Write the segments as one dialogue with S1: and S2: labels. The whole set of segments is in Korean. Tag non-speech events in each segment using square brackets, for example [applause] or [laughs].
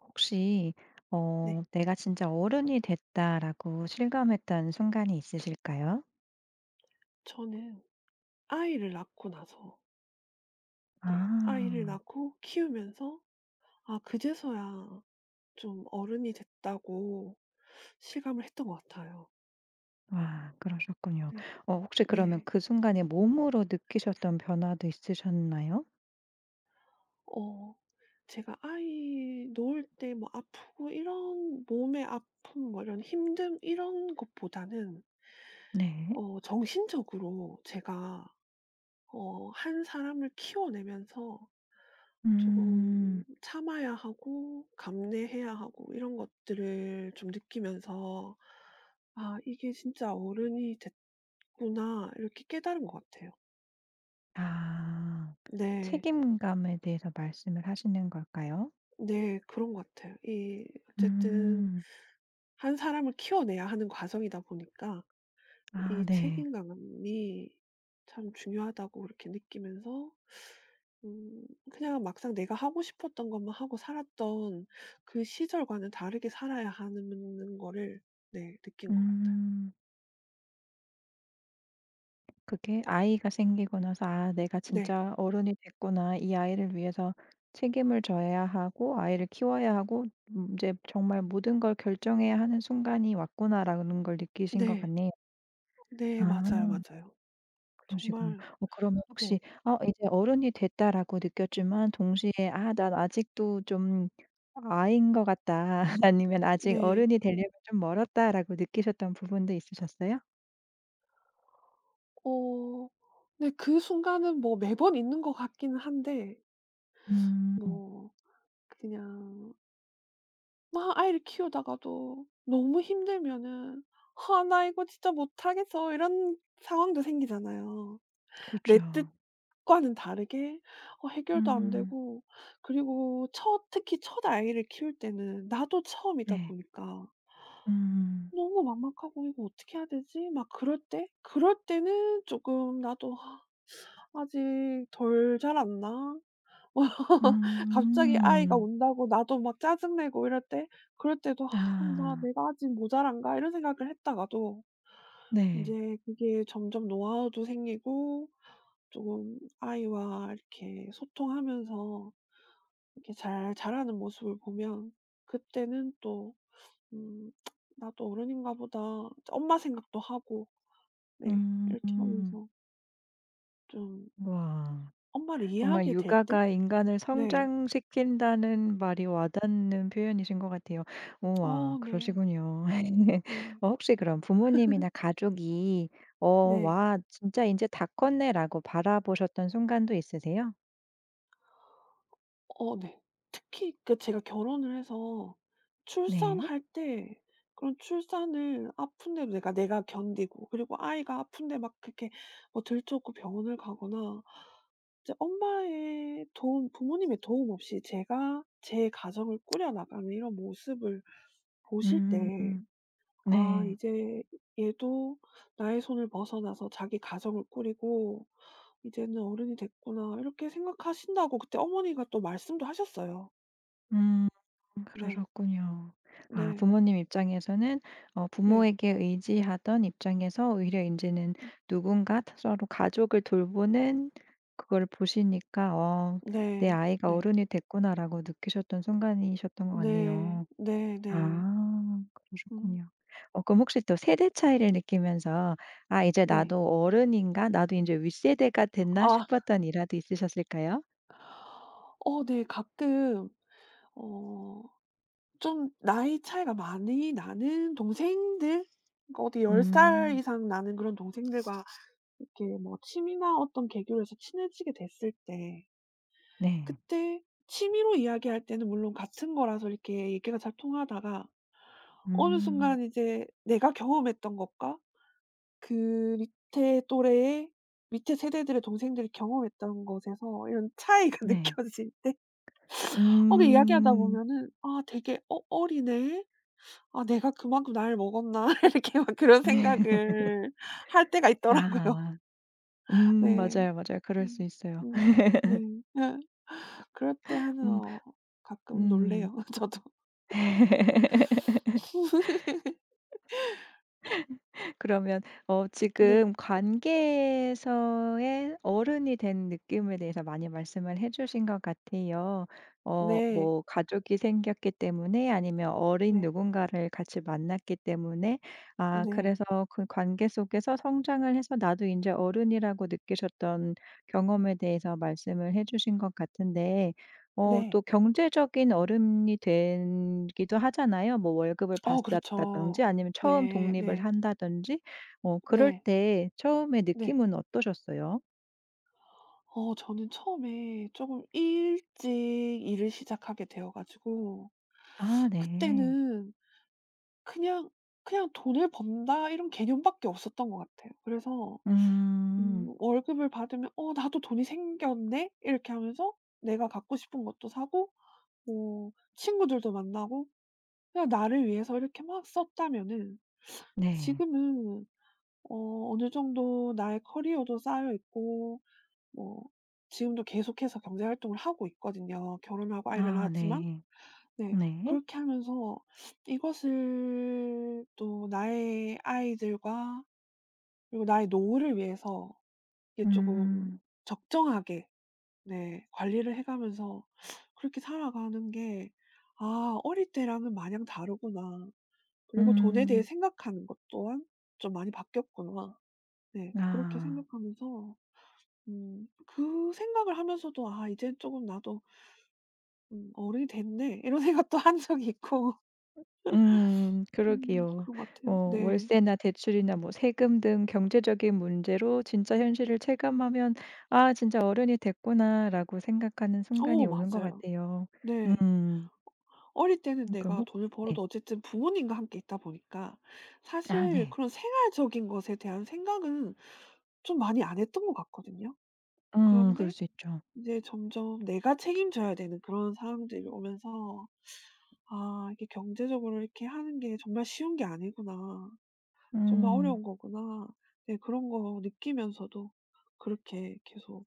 S1: 혹시
S2: 네.
S1: '내가 진짜 어른이 됐다.'라고 실감했던 순간이 있으실까요?
S2: 저는 아이를 낳고 나서 네 아이를
S1: 아.
S2: 낳고 키우면서 그제서야 좀 어른이 됐다고 실감을 했던 것 같아요.
S1: 와, 그러셨군요.
S2: 네.
S1: 혹시 그러면
S2: 네.
S1: 그 순간에 몸으로 느끼셨던 변화도 있으셨나요?
S2: 어 제가 아이 놓을 때 뭐 아프고 이런 몸의 아픔 뭐 이런 힘듦 이런 것보다는
S1: 네.
S2: 정신적으로 제가 한 사람을 키워내면서 조금
S1: 음.
S2: 참아야 하고 감내해야 하고 이런 것들을 좀 느끼면서 '아 이게 진짜 어른이 됐구나.' 이렇게 깨달은 것 같아요.
S1: 아.
S2: 네.
S1: 책임감에 대해서 말씀을 하시는 걸까요?
S2: 네. 그런 것 같아요. 이 어쨌든
S1: 음.
S2: 한 사람을 키워내야 하는 과정이다 보니까
S1: 아,
S2: 이
S1: 네.
S2: 책임감이 참 중요하다고 그렇게 느끼면서 음 그냥 막상 내가 하고 싶었던 것만 하고 살았던 그 시절과는 다르게 살아야 하는 거를 네 느낀 것 같아요.
S1: 음. 그게 아이가 생기고 나서 '아 내가
S2: 네.
S1: 진짜 어른이 됐구나. 이 아이를 위해서 책임을 져야 하고 아이를 키워야 하고 제 정말 모든 걸 결정해야 하는 순간이 왔구나.'라는 걸 느끼신 것
S2: 네.
S1: 같네요.
S2: 네.
S1: 아,
S2: 맞아요, 맞아요.
S1: 그러시군요.
S2: 정말
S1: 그러면 혹시
S2: 네.
S1: '어 이제 어른이 됐다.'라고 느꼈지만 동시에 '아 난 아직도 좀 아이인 것 같다.' [laughs] 아니면 '아직
S2: 네.
S1: 어른이 되려면 좀 멀었다.'라고 느끼셨던 부분도 있으셨어요?
S2: 어 네 그 순간은 뭐 매번 있는 것 같기는 한데
S1: 음.
S2: 뭐 그냥 막 아이를 키우다가도 너무 힘들면은 '아 나 이거 진짜 못하겠어.' 이런 상황도 생기잖아요.
S1: 그쵸.
S2: 내 뜻과는 다르게 해결도 안
S1: 음.
S2: 되고 그리고 첫 특히 첫 아이를 키울 때는 나도 처음이다
S1: 네.
S2: 보니까
S1: 음.
S2: 너무 막막하고 '이거 어떻게 해야 되지?' 막 그럴 때는 쪼끔 나도 아, '아직 덜 자랐나?' 갑자기 아이가
S1: 음.
S2: 운다고 나도 막 짜증 내고 이럴 때 그럴 때도 '아 나
S1: 아.
S2: 내가 아직 모자란가?' 이런 생각을 했다가도
S1: 네.
S2: 인제 그게 점점 노하우도 생기고 쪼금 아이와 이렇게 소통하면서 이렇게 잘 자라는 모습을 보면 그때는 또 음 '나도 어른인가 보다.' 엄마 생각도 하고 네 이렇게
S1: 음.
S2: 하면서 좀
S1: 와.
S2: 엄마를
S1: 정말
S2: 이해하게 될 때
S1: 육아가 인간을
S2: 네.
S1: 성장시킨다는 말이 와닿는 표현이신 것 같아요. 우와,
S2: 네.
S1: 그러시군요. [laughs]
S2: 네.
S1: 혹시 그럼 부모님이나 가족이 '어
S2: 네.
S1: 와 진짜 이제 다 컸네.'라고 바라보셨던 순간도 있으세요?
S2: 네. 특히 그 제가 결혼을 해서
S1: 네.
S2: 출산할 때 그런 출산을 아픈데도 내가 견디고 그리고 아이가 아픈데 막 그렇게 뭐 들쫓고 병원을 가거나 이제 엄마의 도움 부모님의 도움 없이 제가 제 가정을 꾸려 나가는 이런 모습을 보실 때
S1: 음.
S2: '아
S1: 네.
S2: 이제 얘도 나의 손을 벗어나서 자기 가정을 꾸리고 이제는 어른이 됐구나.' 이렇게 생각하신다고 그때 어머니가 또 말씀도 하셨어요.
S1: 음,
S2: 네.
S1: 그러셨군요. 아,
S2: 네.
S1: 부모님 입장에서는 어
S2: 네.
S1: 부모에게 의지하던 입장에서 오히려 인제는
S2: 음
S1: 누군가 서로 가족을 돌보는 그걸 보시니까 '어 내
S2: 네.
S1: 아이가
S2: 네.
S1: 어른이 됐구나.'라고 느끼셨던 순간이셨던 것
S2: 네.
S1: 같네요.
S2: 네네.
S1: 아,
S2: 음
S1: 그러셨군요. 그럼 혹시 또 세대 차이를 느끼면서 '아 이제
S2: 네.
S1: 나도 어른인가? 나도 이제 윗세대가 됐나?'
S2: 아
S1: 싶었던 일화도 있으셨을까요?
S2: 어 네. 가끔 어 좀 나이 차이가 많이 나는 동생들 그러니까 어디 10살
S1: 음.
S2: 이상 나는 그런 동생들과 이렇게 뭐 취미나 어떤 계기로 해서 친해지게 됐을 때
S1: 네.
S2: 그때 취미로 이야기할 때는 물론 같은 거라서 이렇게 얘기가 잘 통하다가 어느
S1: 음.
S2: 순간 이제 내가 경험했던 것과 그 밑에 또래의 밑에 세대들의 동생들이 경험했던 것에서 이런 차이가 [laughs]
S1: 네.
S2: 느껴질 때 그 이야기하다
S1: 음.
S2: 보면은 '아 되게 어리네. 아 내가 그만큼 나이를 먹었나?' [laughs] 이렇게 막 그런
S1: [laughs]
S2: 생각을 할 때가 있더라고요.
S1: 아하.
S2: [laughs]
S1: 음,
S2: 네.
S1: 맞아요, 맞아요. 그럴 수
S2: 음.
S1: 있어요.
S2: 음. 네. 예. 그럴 때 하는
S1: 음.
S2: 가끔 놀래
S1: 음.
S2: 요 [laughs] 저도.
S1: [laughs] 그러면 어
S2: 네.
S1: 지금 관계에서의 어른이 된 느낌에 대해서 많이 말씀을 해 주신 것 같아요. 어
S2: 네.
S1: 뭐 가족이 생겼기 때문에 아니면 어린
S2: 네.
S1: 누군가를 같이 만났기 때문에 아,
S2: 네.
S1: 그래서 그 관계 속에서 성장을 해서 나도 이제 어른이라고 느끼셨던 경험에 대해서 말씀을 해 주신 것 같은데 어 또
S2: 네.
S1: 경제적인 어른이 되기도 하잖아요. 뭐 월급을
S2: 어
S1: 받았다든지
S2: 그렇죠.
S1: 아니면 처음
S2: 네.
S1: 독립을
S2: 네.
S1: 한다든지 어 그럴
S2: 네.
S1: 때 처음에
S2: 네.
S1: 느낌은 어떠셨어요?
S2: 어 저는 처음에 조금 일찍 일을 시작하게 되어 가지고
S1: 아, 네.
S2: 그때는 그냥, 그냥 '돈을 번다.' 이런 개념밖에 없었던 것 같아요. 그래서
S1: 음.
S2: 월급을 받으면 '어 나도 돈이 생겼네.' 이렇게 하면서 내가 갖고 싶은 것도 사고 뭐 친구들도 만나고 그냥 나를 위해서 이렇게 막 썼다면은
S1: 네.
S2: 지금은 어느 정도 나의 커리어도 쌓여 있고 뭐 지금도 계속해서 경제 활동을 하고 있거든요. 결혼 하고 아이를
S1: 아,
S2: 낳았지만
S1: 네.
S2: 네
S1: 네.
S2: 그렇게 하면서 이것을 또 나의 아이들과 그리고 나의 노후를 위해서 이게 조금
S1: 음.
S2: 적정하게 네 관리를 해 가면서 그렇게 살아가는 게 '아 어릴 때랑은 마냥 다르구나.' 그리고 돈에 대해
S1: 음.
S2: 생각하는 것 또한 좀 많이 바뀌었구나. 네 그렇게
S1: 아.
S2: 생각하면서 그 생각을 하면서도 '아 이제 조금 나도' '어른이 됐네.' 이런 생각도 한 적이 있고
S1: 음, 그러게요.
S2: 그런 것
S1: 어
S2: 같아요. 네.
S1: 월세나 대출이나 뭐 세금 등 경제적인 문제로 진짜 현실을 체감하면 '아 진짜 어른이 됐구나.'라고 생각하는 순간이
S2: 어
S1: 오는 것
S2: 맞아요.
S1: 같아요.
S2: 네.
S1: 음.
S2: 어릴 때는
S1: 그러니까
S2: 내가
S1: 뭐
S2: 돈을
S1: 네.
S2: 벌어도 어쨌든 부모님과 함께 있다 보니까
S1: 아,
S2: 사실
S1: 네.
S2: 그런 생활적인 것에 대한 생각은 좀 많이 안 했던 것 같거든요.
S1: 음, 그럴
S2: 그런데
S1: 수 있죠.
S2: 이제 점점 내가 책임져야 되는 그런 상황들이 오면서 '아 이게 경제적으로 이렇게 하는 게 정말 쉬운 게 아니구나.' 정말
S1: 음.
S2: 어려운 거구나. 네 그런 거 느끼면서도 그렇게 계속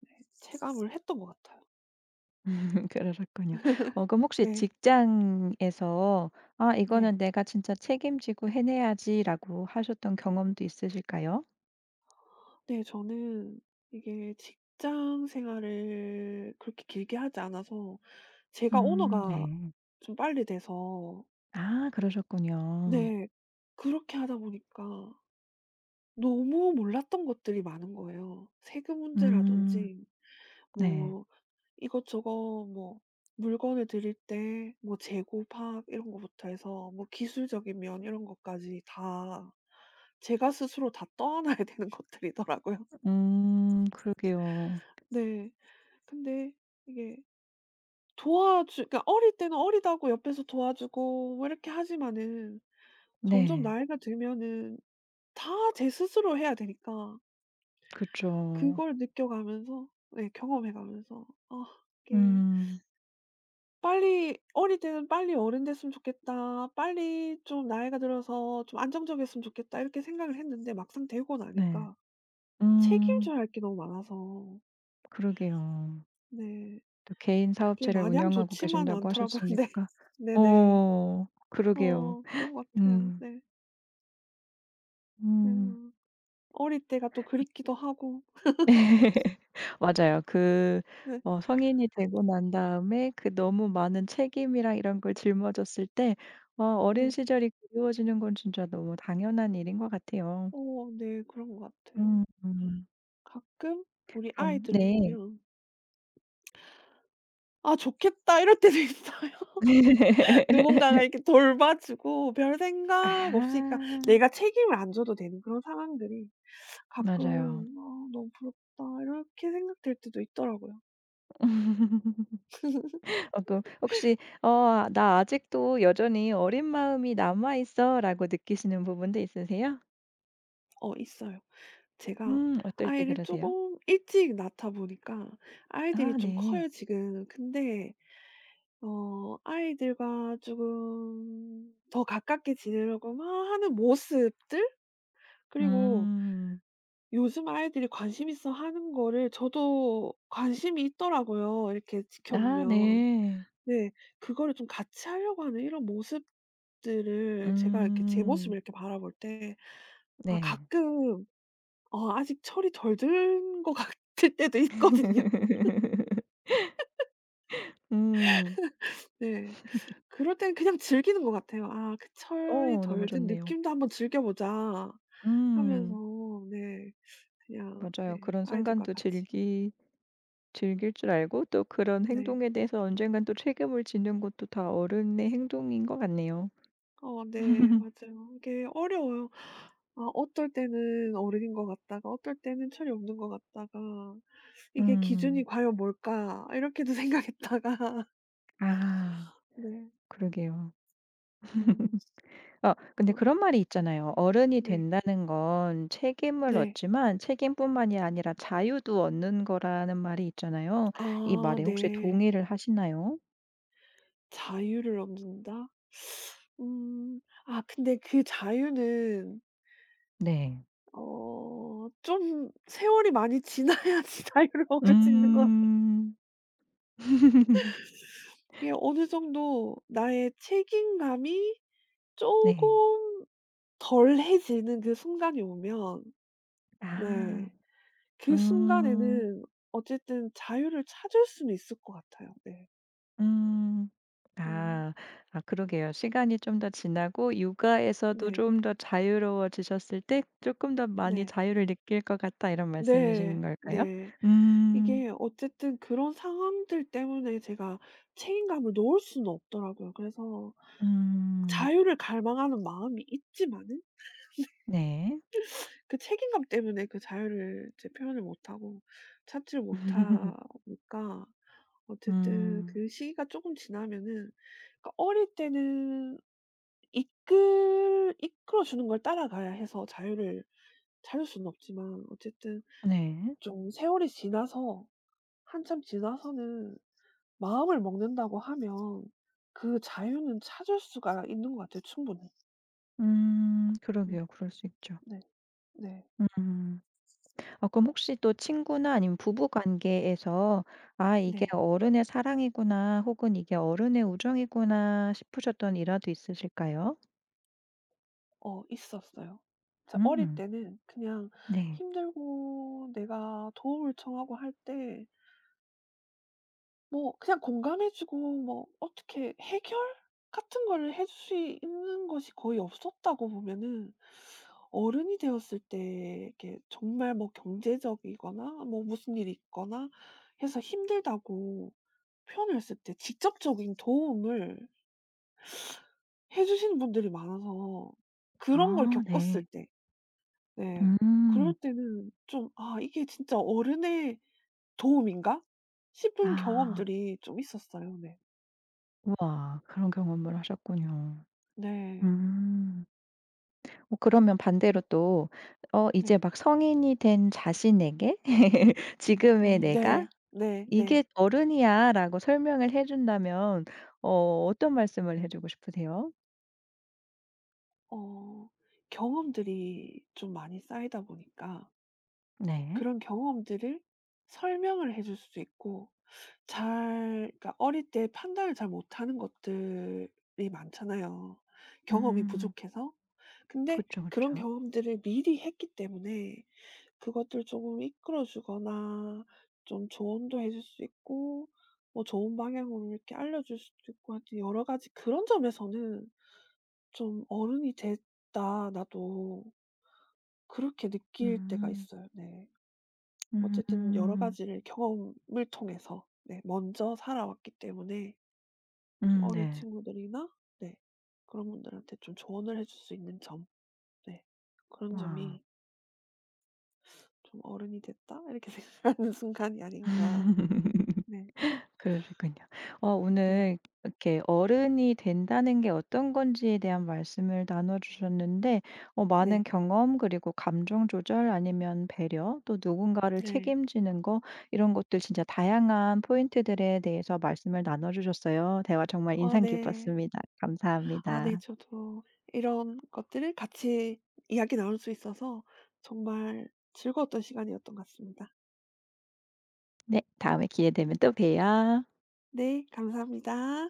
S2: 네 체감을 했던 것 같아요.
S1: [laughs] 그러셨군요. 그럼 혹시
S2: 네.
S1: 직장에서 '아
S2: 네.
S1: 이거는 내가 진짜 책임지고 해내야지.'라고 하셨던 경험도 있으실까요?
S2: 네 저는 이게 직장 생활을 그렇게 길게 하지 않아서 제가
S1: 음.
S2: 오너가
S1: 네.
S2: 좀 빨리 돼서
S1: 아, 그러셨군요.
S2: 네 그렇게 하다 보니까 너무 몰랐던 것들이 많은 거예요. 세금
S1: 음.
S2: 문제라든지
S1: 네.
S2: 뭐 이것저것 뭐 물건을 드릴 때 뭐 재고 파악 이런 거부터 해서 뭐 기술적인 면 이런 것까지 다 제가 스스로 다 떠안아야 되는 것들이더라고요.
S1: 음. 그러게요.
S2: 네. 근데 이게 도와주 그러니까 어릴 때는 어리다고 옆에서 도와주고 뭐 이렇게 하지만은 점점
S1: 네.
S2: 나이가 들면은 다 제 스스로 해야 되니까
S1: 그쵸.
S2: 그걸 느껴가면서 네 경험해 가면서 '아 이게'
S1: 음.
S2: 빨리 어릴 때는 '빨리 어른 됐으면 좋겠다. 빨리 좀 나이가 들어서 좀 안정적이었으면 좋겠다.' 이렇게 생각을 했는데 막상 되고
S1: 네.
S2: 나니까
S1: 음.
S2: 책임져야 할 게 너무 많아서
S1: 그러게요.
S2: 네
S1: 또 개인
S2: 그게
S1: 사업체를
S2: 마냥
S1: 운영하고
S2: 좋지만은
S1: 계신다고
S2: 않더라고요. [laughs] 네.
S1: 하셨으니까
S2: 네네.
S1: 어, 그러게요.
S2: 어 그런 것 같아요.
S1: 음.
S2: 네.
S1: 음.
S2: 음. 어릴 때가 또 그립기도 하고
S1: [laughs] 맞아요. 그
S2: 네.
S1: 어 성인이 되고 난 다음에 그 너무 많은 책임이랑 이런 걸 짊어졌을 때어 어린
S2: 네.
S1: 시절이 그리워지는 건 진짜 너무 당연한 일인 것 같아요.
S2: 어 네. 그런 것 같아요.
S1: 음.
S2: 가끔 우리
S1: 그럼
S2: 아이들을
S1: 네.
S2: 보면 '아 좋겠다.' 이럴 때도 [laughs] 있어요.
S1: [laughs]
S2: 누군가가 이렇게 돌봐주고 별 생각
S1: 아,
S2: 없이 그러니까 내가 책임을 안 져도 되는 그런 상황들이 가끔
S1: 맞아요.
S2: '아 너무 부럽다.' 이렇게 생각될 때도 있더라고요.
S1: [laughs] 어 그 혹시 어 아, '나 아직도 여전히 어린 마음이 남아 있어.'라고 느끼시는 부분도 있으세요?
S2: 어 있어요. 제가
S1: 음, 어떨 때
S2: 아이를
S1: 그러세요?
S2: 쪼금 일찍 낳다 보니까 아이들이
S1: 아,
S2: 좀
S1: 네.
S2: 커요 지금. 근데 아이들과 쪼금 더 가깝게 지내려고 막 하는 모습들 그리고
S1: 음.
S2: 요즘 아이들이 관심 있어 하는 거를 저도 관심이 있더라고요, 이렇게
S1: 아,
S2: 지켜보면.
S1: 네.
S2: 네. 그거를 좀 같이 하려고 하는 이런 모습들을 제가 이렇게 제
S1: 음.
S2: 모습을 이렇게 바라볼 때 아
S1: 네.
S2: 가끔 아직 철이 덜 든 것 [laughs] 같을 때도 있거든요.
S1: [laughs] 음.
S2: 네. 그럴 때는 그냥 즐기는 것 같아요. '아 그 철이
S1: 어, 너무
S2: 덜 든
S1: 좋네요.
S2: 느낌도 한번 즐겨 보자.'
S1: 음.
S2: 하면서 네 그냥
S1: 맞아요.
S2: 네
S1: 그런
S2: 아이들과
S1: 순간도
S2: 같이.
S1: 즐기 즐길 줄 알고 또 그런
S2: 네.
S1: 행동에 대해서 언젠간 또 책임을 지는 것도 다 어른의 행동인 것 같네요.
S2: 어 네. 맞아요. 이게 어려워요. 아 어떨 때는 어른인 것 같다가 어떨 때는 철이 없는 것 같다가 '이게 기준이
S1: 음.
S2: 과연 뭘까?' 이렇게도 [laughs] 생각했다가
S1: 아,
S2: 네.
S1: 그러게요.
S2: 음
S1: 아 근데
S2: 그런 것
S1: 그런 말이
S2: 같아요.
S1: 있잖아요. "어른이
S2: 네.
S1: 된다는 건 책임을
S2: 네.
S1: 얻지만 책임뿐만이 아니라 자유도 얻는 거라."는 말이 있잖아요. 이
S2: 아
S1: 말에 혹시
S2: 네.
S1: 동의를 하시나요?
S2: 자유를 얻는다? 음 아 근데 그 자유는
S1: 네.
S2: 어 좀 세월이 많이 지나야지 [laughs] 자유를 얻을 수 있는 것 같아요.
S1: 음. [laughs]
S2: 이게 어느 정도 나의 책임감이 조
S1: 네.
S2: 금 덜해지는 그 순간이 오면 네
S1: 아.
S2: 그
S1: 음.
S2: 순간에는 어쨌든 자유를 찾을 수는 있을 것 같아요. 네.
S1: 음.
S2: 음.
S1: 아. 아, 그러게요. 시간이 좀 더 지나고 육아에서도
S2: 네.
S1: 좀 더 자유로워지셨을 때 조금 더 많이
S2: 네.
S1: 자유를 느낄 것 같다.' 이런 말씀이신
S2: 네.
S1: 걸까요?
S2: 네.
S1: 음.
S2: 이게 어쨌든 그런 상황들 때문에 제가 책임감을 놓을 수는 없더라고요. 그래서
S1: 음.
S2: 자유를 갈망하는 마음이 있지만은
S1: 네.
S2: 그 책임감 때문에 그 자유를 이제 표현을 못하고 찾지를
S1: [laughs]
S2: 못하니까 어쨌든
S1: 음.
S2: 그 시기가 조금 지나면은 그러니까 어릴 때는 이끌어 주는 걸 따라가야 해서 자유를 찾을 수는 없지만 어쨌든
S1: 네.
S2: 좀 세월이 지나서 한참 지나서는 마음을 먹는다고 하면 그 자유는 찾을 수가 있는 것 같아요 충분히.
S1: 음,
S2: 음
S1: 그러게요. 그럴 수 있죠.
S2: 네. 네.
S1: 음. 어, 그럼 혹시 또 친구나 아니면 부부 관계에서 '아 이게
S2: 네.
S1: 어른의 사랑이구나.' 혹은 '이게 어른의 우정이구나.' 싶으셨던 일화도 있으실까요?
S2: 어 있었어요. 자 어릴
S1: 음.
S2: 때는 그냥
S1: 네.
S2: 힘들고 내가 도움을 청하고 할때 뭐 그냥 공감해 주고 뭐 어떻게 해결 같은 걸 해줄 수 있는 것이 거의 없었다고 보면은 어른이 되었을 때 이렇게 정말 뭐 경제적이거나 뭐 무슨 일이 있거나 해서 힘들다고 표현을 했을 때 직접적인 도움을 해 주시는 분들이 많아서 그런 걸
S1: 아,
S2: 겪었을
S1: 네.
S2: 때 네
S1: 음.
S2: 그럴 때는 좀 '아 이게 진짜 어른의 도움인가?' 싶은
S1: 아.
S2: 경험들이 좀 있었어요. 네.
S1: 우와, 그런 경험을 하셨군요.
S2: 네.
S1: 음. 그러면 반대로 또 어
S2: 네.
S1: 이제 막 성인이 된 자신에게 [laughs] 지금의 내가
S2: 네. 네 네.
S1: "이게 어른이야."라고 설명을 해 준다면 어 어떤 말씀을 해 주고 싶으세요?
S2: 어 경험들이 좀 많이 쌓이다 보니까
S1: 네.
S2: 그런 경험들을 설명을 해줄 수도 있고 잘 그러니까 어릴 때 판단을 잘 못하는 것들이 많잖아요, 경험이
S1: 음.
S2: 부족해서. 근데
S1: 그쵸,
S2: 그런
S1: 그쵸.
S2: 경험들을 미리 했기 때문에 그것들 조금 이끌어 주거나 좀 조언도 해줄 수 있고 뭐 좋은 방향으로 이렇게 알려 줄 수도 있고 하여튼 여러 가지 그런 점에서는 좀 '어른이 됐다, 나도.' 그렇게 느낄 때가
S1: 음.
S2: 있어요. 네.
S1: 음.
S2: 어쨌든 여러
S1: 음.
S2: 가지를 경험을 통해서 네 먼저 살아왔기 때문에 좀 어린
S1: 네.
S2: 친구들이나 네 그런 분들한테 좀 조언을 해줄 수 있는 점 네 그런
S1: 와.
S2: 점이 좀 '어른이 됐다.' 이렇게 [laughs] 생각하는 순간이 아닌가.
S1: [laughs]
S2: 네.
S1: 그러시군요. 어
S2: 네.
S1: 오늘 이렇게 어른이 된다는 게 어떤 건지에 대한 말씀을 나눠 주셨는데 어 많은
S2: 네.
S1: 경험 그리고 감정 조절 아니면 배려 또 누군가를
S2: 네.
S1: 책임지는 거 이런 것들 진짜 다양한 포인트들에 대해서 말씀을 나눠 주셨어요. 대화 정말
S2: 아
S1: 인상
S2: 네.
S1: 깊었습니다.
S2: 아 네.
S1: 감사합니다.
S2: 저도 이런 것들을 같이 이야기 나눌 수 있어서 정말 즐거웠던 시간이었던 것 같습니다.
S1: 네. 다음에 기회 되면 또 봬요.
S2: 네. 감사합니다.